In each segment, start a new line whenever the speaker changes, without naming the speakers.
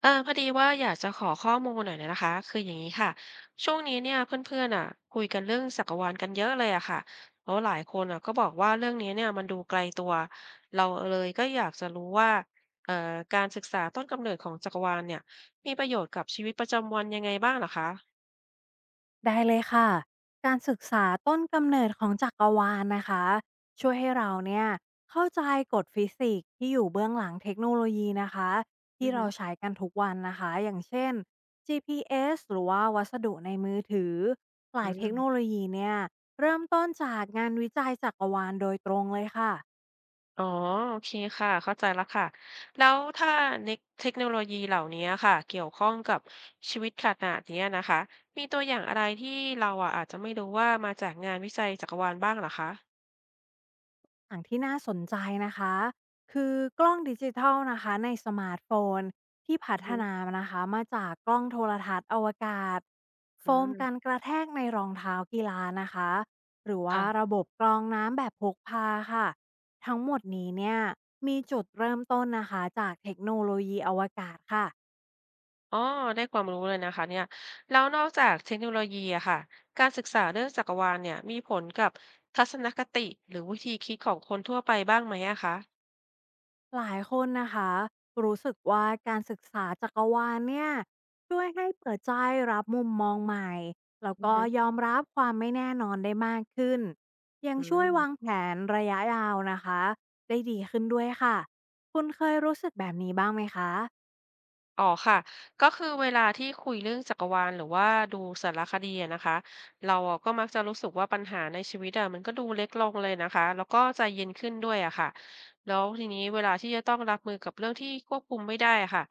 เออพอดีว่าอยากจะขอข้อมูลหน่อยนะคะคืออย่างนี้ค่ะช่วงนี้เนี่ยเพื่อนๆอ่ะคุยกันเรื่องจักรวาลกันเยอะเลยอะค่ะแล้วหลายคนอ่ะก็บอกว่าเรื่องนี้เนี่ยมันดูไกลตัวเราเลยก็อยากจะรู้ว่าเอ่อการศึกษาต้นกำเนิดของจักรวาลเนี่ยมีประโยชน์กับชีวิตประจำวันยังไงบ้างเหรอคะ
ได้เลยค่ะ การศึกษาต้นกำเนิดของจักรวาลนะคะช่วยให้เราเนี่ยเข้าใจกฎฟิสิกส์ที่อยู่เบื้องหลังเทคโนโลยีนะคะ
อื
ที่
อฮึ
เราใช้กันทุกวันนะคะอย่างเช่น GPS หรือว่าวัสดุในมือถือห
อื
ลายเทคโนโล
ม
ยีเนี่ยเริ่มต้นจากงานวิจัยจักรวาลโดยตรงเลยค่ะ
อ๋อโอเคค่ะเข้าใจแล้วค่ะแล้วถ้าเนคเทคโนโลยีเหล่านี้ค่ะเกี่ยวข้องกับชีวิตขนาดเนี้ยนะคะมีตัวอย่างอะไรที่เราอะอาจจะไม่รู้ว่ามาจากงานวิจัยจักรวาลบ้างเหรอคะ
อย่างที่น่าสนใจนะคะคือกล้องดิจิทัลนะคะในสมาร์ทโฟนที่พั
อือ
ฒ
ฮึ
นามานะคะมาจากกล้องโทรทัศน์อวกาศโฟ
อื
ม
ม
การกระแทกในรองเท้ากีฬานะคะหรือว่าระ
ค่ะ
บบกรองน้ำแบบพกพาค่ะทั้งหมดนี้เนี่ยมีจุดเริ่มต้นนะคะจากเทคโนโลยีอวกาศค่ะ
อ๋อได้ความรู้เลยนะคะเนี่ยแล้วนอกจากเทคโนโลยีอะค่ะการศึกษาเรื่องจักรวาลเนี่ยมีผลกับทัศนคติหรือวิธีคิดของคนทั่วไปบ้างไหมอะคะ
หลายคนนะคะรู้สึกว่าการศึกษาจักรวาลเนี่ยช่วยให้เปิดใจรับมุมมองใหม่แล้ว
อือ
ก็
ฮึ
ยอมรับความไม่แน่นอนได้มากขึ้นยัง
อื
ช่วย
ม
วางแผนระยะยาวนะคะได้ดีขึ้นด้วยค่ะคุณเคยรู้สึกแบบนี้บ้างไหมคะ
อ๋อค่ะก็คือเวลาที่คุยเรื่องจักรวาลหรือว่าดูสารคดีอะนะคะเราอะก็มักจะรู้สึกว่าปัญหาในชีวิตอะมันก็ดูเล็กลงเลยนะคะแล้วก็ใจเย็นขึ้นด้วยอะค่ะแล้วทีนี้เวลาที่จะต้องรับมือกับเรื่องที่ควบคุมไม่ได้อะค่ะ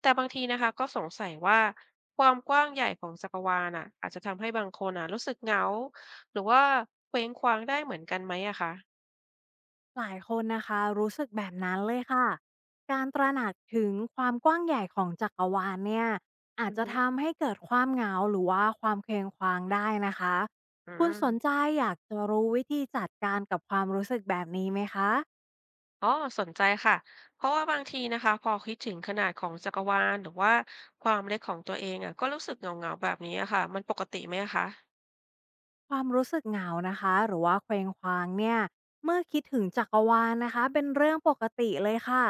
แต่บางทีนะคะก็สงสัยว่าความกว้างใหญ่ของจักรวาลอะอาจจะทำให้บางคนอะรู้สึกเหงาหรือว่าเคว้งคว้างได้เหมือนกันไหมอะคะ
หลายคนนะคะรู้สึกแบบนั้นเลยค่ะการตระหนักถึงความกว้างใหญ่ของจักรวาลเนี่ยอา
อื
จ
อ
จะ
ฮึ
ทำให้เกิดความเหงาหรือว่าความเคว้งคว้างได้นะคะ
อื
คุณสน
ม
ใจอยากจะรู้วิธีจัดการกับความรู้สึกแบบนี้ไหมคะ
อ๋อสนใจค่ะเพราะว่าบางทีนะคะพอคิดถึงขนาดของจักรวาลหรือว่าความเล็กของตัวเองอะก็รู้สึกเหงาๆแบบนี้อะค่ะมันปกติไหมอะคะ
ความรู้สึกเหงานะคะหรือว่าเคว้งคว้างเนี่ยเมื่อคิดถึงจักรวาลนะคะเป็นเรื่องปกติเลยค่ะ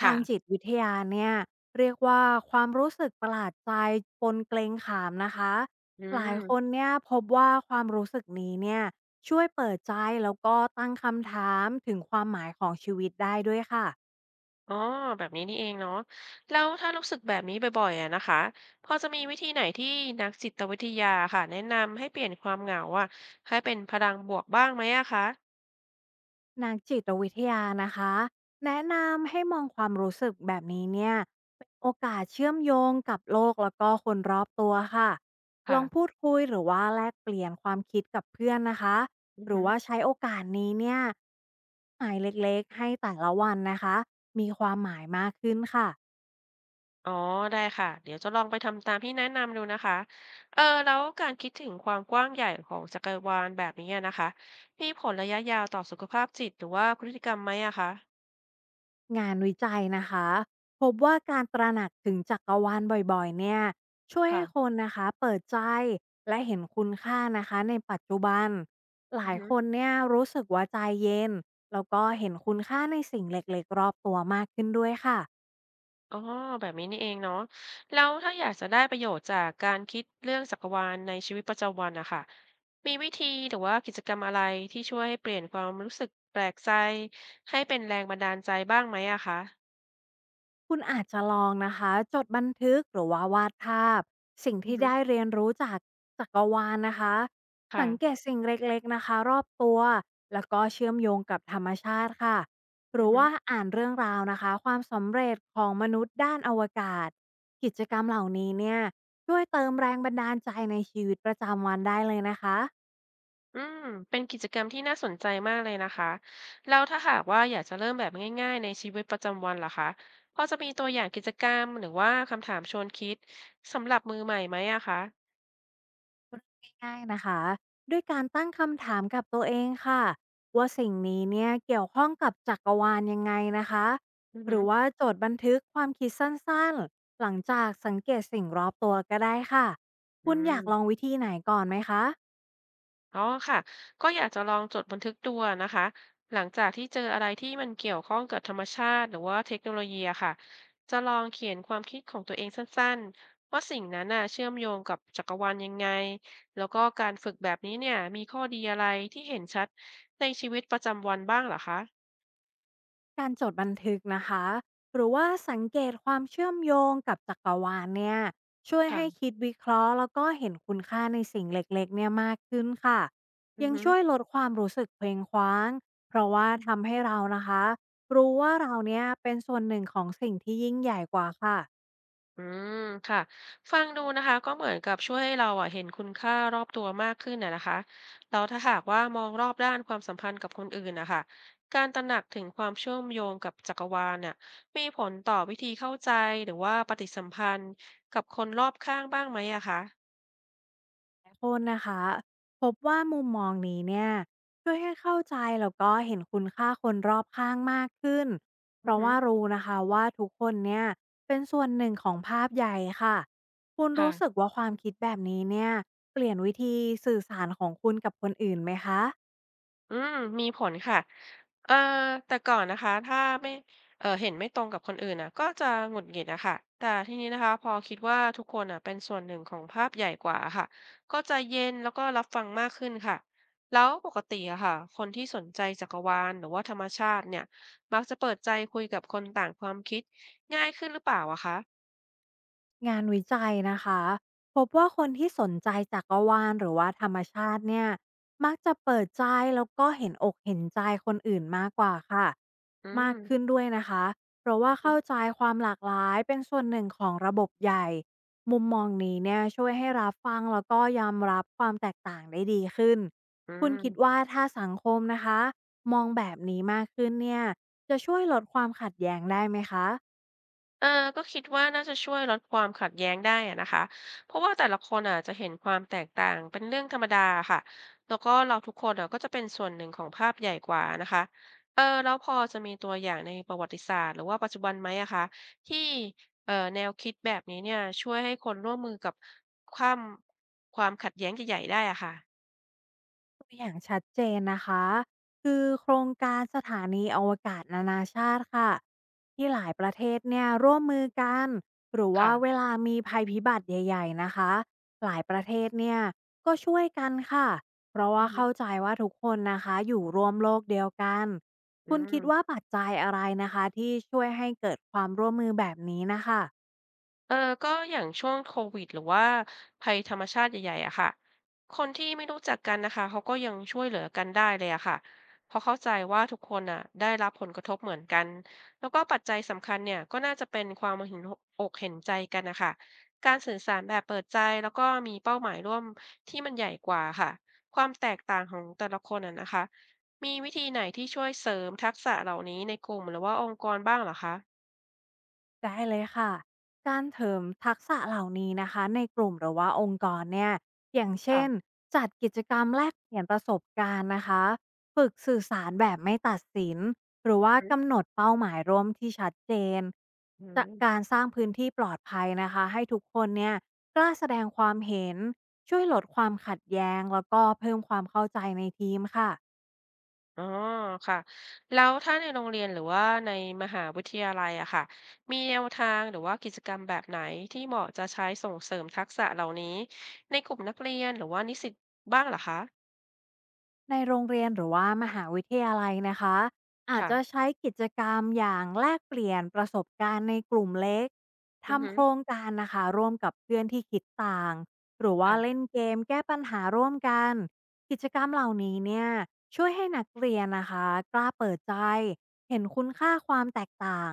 ทา
ค่ะ
งจิตวิทยาเนี่ยเรียกว่าความรู้สึกประหลาดใจปนเกรงขามนะคะ
อื
หลายคน
ม
เนี่ยพบว่าความรู้สึกนี้เนี่ยช่วยเปิดใจแล้วก็ตั้งคำถามถึงความหมายของชีวิตได้ด้วยค่ะ
อ๋อแบบนี้นี่เองเนาะแล้วถ้ารู้สึกแบบนี้บ่อยๆอะนะคะพอจะมีวิธีไหนที่นักจิตวิทยาค่ะแนะนำให้เปลี่ยนความเหงาอะให้เป็นพลังบวกบ้างไหมอะคะ
นักจิตวิทยานะคะแนะนำให้มองความรู้สึกแบบนี้เนี่ยเป็นโอกาสเชื่อมโยงกับโลกแล้วก็คนรอบตัวค่ะลอง
ค่ะ
พูดคุยหรือว่าแลกเปลี่ยนความคิดกับเพื่อนนะคะ
อือ
หรื
ฮึ
อว่าใช้โอกาสนี้เนี่ยหมายเล็กๆให้แต่ละวันนะคะมีความหมายมากขึ้นค่ะ
อ๋อได้ค่ะเดี๋ยวจะลองไปทำตามที่แนะนำดูนะคะเออแล้วการคิดถึงความกว้างใหญ่ของจักรวาลแบบนี้อะนะคะมีผลระยะยาวต่อสุขภาพจิตหรือว่าพฤติกรรมไหมอะคะ
งานวิจัยนะคะพบว่าการตระหนักถึงจักรวาลบ่อยๆเนี่ยช่วยให้ค
ค่ะ
นนะคะเปิดใจและเห็นคุณค่านะคะในปัจจุบันห
อื
ลา
อ
ย
ฮึ
คนเนี่ยรู้สึกว่าใจเย็นแล้วก็เห็นคุณค่าในสิ่งเล็กๆรอบตัวมากขึ้นด้วยค่ะ
อ๋อแบบนี้นี่เองเนาะแล้วถ้าอยากจะได้ประโยชน์จากการคิดเรื่องจักรวาลในชีวิตประจำวันนะคะมีวิธีหรือว่ากิจกรรมอะไรที่ช่วยให้เปลี่ยนความรู้สึกแปลกใจให้เป็นแรงบันดาลใจบ้างไหมอะคะ
คุณอาจจะลองนะคะจดบันทึกหรือว่าวาดภาพสิ่ง
อือ
ที่
ฮึ
ได้เรียนรู้จากจักรวาลนะคะสังเก
ค่ะ
ตสิ่งเล็กๆนะคะรอบตัวแล้วก็เชื่อมโยงกับธรรมชาติค่ะห
อื
รื
อ
อ
ฮึ
ว่าอ่านเรื่องราวนะคะความสำเร็จของมนุษย์ด้านอวกาศกิจกรรมเหล่านี้เนี่ยช่วยเติมแรงบันดาลใจในชีวิตประจำวันได้เลยนะคะ
อืมเป็นกิจกรรมที่น่าสนใจมากเลยนะคะแล้วถ้าหากว่าอยากจะเริ่มแบบง่ายๆในชีวิตประจำวันล่ะคะพอจะมีตัวอย่างกิจกรรมหรือว่าคำถามชวนคิดสำหรับมือใหม่ไหมอะคะ
งง่ายๆนะคะด้วยการตั้งคำถามกับตัวเองค่ะว่าสิ่งนี้เนี่ยเกี่ยวข้องกับจักรวาลยังไงนะคะ
อือ
ห
ฮึ
รือว่าจดบันทึกความคิดสั้นๆหลังจากสังเกตสิ่งรอบตัวก็ได้ค่ะ
อื
คุณอยากลอง
ม
วิธีไหนก่อนไหมคะ
อ๋อค่ะก็อยากจะลองจดบันทึกตัวนะคะ หลังจากที่เจออะไรที่มันเกี่ยวข้องกับธรรมชาติหรือว่าเทคโนโลยีอะค่ะ จะลองเขียนความคิดของตัวเองสั้นๆว่าสิ่งนั้นน่ะเชื่อมโยงกับจักรวาลยังไง แล้วก็การฝึกแบบนี้เนี่ยมีข้อดีอะไรที่เห็นชัดในชีวิตประจำวันบ้างเหรอคะ
การจดบันทึกนะคะหรือว่าสังเกตความเชื่อมโยงกับจักรวาลเนี่ยช่วยให้
ค่ะ
คิดวิเคราะห์แล้วก็เห็นคุณค่าในสิ่งเล็กๆเนี่ยมากขึ้นค่ะ
อือ
ยัง
ฮึ
ช่วยลดความรู้สึกเคว้งคว้างเพราะว่าทำให้เรานะคะรู้ว่าเราเนี่ยเป็นส่วนหนึ่งของสิ่งที่ยิ่งใหญ่กว่าค่ะ
อืมค่ะฟังดูนะคะก็เหมือนกับช่วยให้เราอ่ะเห็นคุณค่ารอบตัวมากขึ้นน่ะนะคะแล้วถ้าหากว่ามองรอบด้านความสัมพันธ์กับคนอื่นนะคะการตระหนักถึงความเชื่อมโยงกับจักรวาลเนี่ยมีผลต่อวิธีเข้าใจหรือว่าปฏิสัมพันธ์กับคนรอบข้างบ้างไหมอะคะ
หลายคนนะคะพบว่ามุมมองนี้เนี่ยช่วยให้เข้าใจแล้วก็เห็นคุณค่าคนรอบข้างมากขึ้นเพ
อือ
ราะ
ฮึ
ว่ารู้นะคะว่าทุกคนเนี่ยเป็นส่วนหนึ่งของภาพใหญ่ค่ะคุณรู้สึ
ค่ะ
กว่าความคิดแบบนี้เนี่ยเปลี่ยนวิธีสื่อสารของคุณกับคนอื่นไหมคะ
อืมมีผลค่ะเอ่อแต่ก่อนนะคะถ้าไม่เห็นไม่ตรงกับคนอื่นน่ะก็จะหงุดหงิดอะค่ะแต่ทีนี้นะคะพอคิดว่าทุกคนน่ะเป็นส่วนหนึ่งของภาพใหญ่กว่าอะค่ะก็ใจะเย็นแล้วก็รับฟังมากขึ้นค่ะแล้วปกติอะค่ะคนที่สนใจจักรวาลหรือว่าธรรมชาติเนี่ยมักจะเปิดใจคุยกับคนต่างความคิดง่ายขึ้นหรือเปล่าอะคะ
งานวิจัยนะคะพบว่าคนที่สนใจจักรวาลหรือว่าธรรมชาติเนี่ยมักจะเปิดใจแล้วก็เห็นอกเห็นใจคนอื่นมากกว่าค่ะ
อื
มา
ม
กขึ้นด้วยนะคะเพราะว่าเข้าใจความหลากหลายเป็นส่วนหนึ่งของระบบใหญ่มุมมองนี้เนี่ยช่วยให้รับฟังแล้วก็ยอมรับความแตกต่างได้ดีขึ้น
อื
คุณคิด
ม
ว่าถ้าสังคมนะคะมองแบบนี้มากขึ้นเนี่ยจะช่วยลดความขัดแย้งได้ไหมคะ
เออก็คิดว่าน่าจะช่วยลดความขัดแย้งได้อะนะคะ เพราะว่าแต่ละคนอ่ะจะเห็นความแตกต่างเป็นเรื่องธรรมดาค่ะแล้วก็เราทุกคนอ่ะก็จะเป็นส่วนหนึ่งของภาพใหญ่กว่านะคะเออแล้วพอจะมีตัวอย่างในประวัติศาสตร์หรือว่าปัจจุบันไหมอะคะที่เออแนวคิดแบบนี้เนี่ยช่วยให้คนร่วมมือกับความความขัดแย้งใหญ่ๆได้อะค่ะ
ตัวอย่างชัดเจนนะคะคือโครงการสถานีอวกาศนานาชาติค่ะที่หลายประเทศเนี่ยร่วมมือกันหรือว่าเว
ค่ะ
ลามีภัยพิบัติใหญ่ๆนะคะหลายประเทศเนี่ยก็ช่วยกันค่ะเพราะ
อื
ว่า
อฮึ
เข้าใจว่าทุกคนนะคะอยู่ร่วมโลกเดียวกัน
อื
คุณคิดว่า
ม
ปัจจัยอะไรนะคะที่ช่วยให้เกิดความร่วมมือแบบนี้นะคะ
เออก็อย่างช่วงโควิดหรือว่าภัยธรรมชาติใหญ่ๆอะค่ะคนที่ไม่รู้จักกันนะคะเขาก็ยังช่วยเหลือกันได้เลยอะค่ะเพราะเข้าใจว่าทุกคนอะได้รับผลกระทบเหมือนกัน แล้วก็ปัจจัยสำคัญเนี่ยก็น่าจะเป็นความเห็นอกเห็นใจกันนะคะการสื่อสารแบบเปิดใจแล้วก็มีเป้าหมายร่วมที่มันใหญ่กว่าค่ะ ความแตกต่างของแต่ละคนอะนะคะมีวิธีไหนที่ช่วยเสริมทักษะเหล่านี้ในกลุ่มหรือว่าองค์กรบ้างเหรอคะ
ได้เลยค่ะ การเสริมทักษะเหล่านี้นะคะในกลุ่มหรือว่าองค์กรเนี่ยอย่างเช่น
ค่ะ
จัดกิจกรรมแลกเปลี่ยนประสบการณ์นะคะฝึกสื่อสารแบบไม่ตัดสินหรือว่ากำหนดเป้าหมายร่วมที่ชัดเจน
อื
จาก
ม
การสร้างพื้นที่ปลอดภัยนะคะให้ทุกคนเนี่ยกล้าแสดงความเห็นช่วยลดความขัดแย้งแล้วก็เพิ่มความเข้าใจในทีมค่ะ
อ๋อค่ะแล้วถ้าในโรงเรียนหรือว่าในมหาวิทยาลัยอะค่ะมีแนวทางหรือว่ากิจกรรมแบบไหนที่เหมาะจะใช้ส่งเสริมทักษะเหล่านี้ในกลุ่มนักเรียนหรือว่านิสิตบ้างเหรอคะ
ในโรงเรียนหรือว่ามหาวิทยาลัยนะคะอาจ
ค่ะ
จะใช้กิจกรรมอย่างแลกเปลี่ยนประสบการณ์ในกลุ่มเล็ก
อือฮึ
ทำโครงการนะคะร่วมกับเพื่อนที่คิดต่างหรือว่า
ค่ะ
เล่นเกมแก้ปัญหาร่วมกันกิจกรรมเหล่านี้เนี่ยช่วยให้นักเรียนนะคะกล้าเปิดใจเห็นคุณค่าความแตกต่าง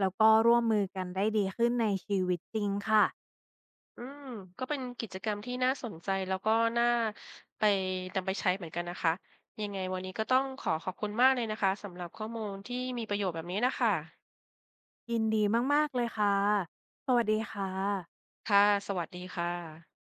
แล้วก็ร่วมมือกันได้ดีขึ้นในชีวิตจริงค่ะ
อืมก็เป็นกิจกรรมที่น่าสนใจแล้วก็น่าไปนำไปใช้เหมือนกันนะคะยังไงวันนี้ก็ต้องขอขอบคุณมากเลยนะคะสำหรับข้อมูลที่มีประโยชน์แบบนี้นะคะ
ยินดีมากๆเลยค่ะสวัสดีค่ะ
ค่ะสวัสดีค่ะ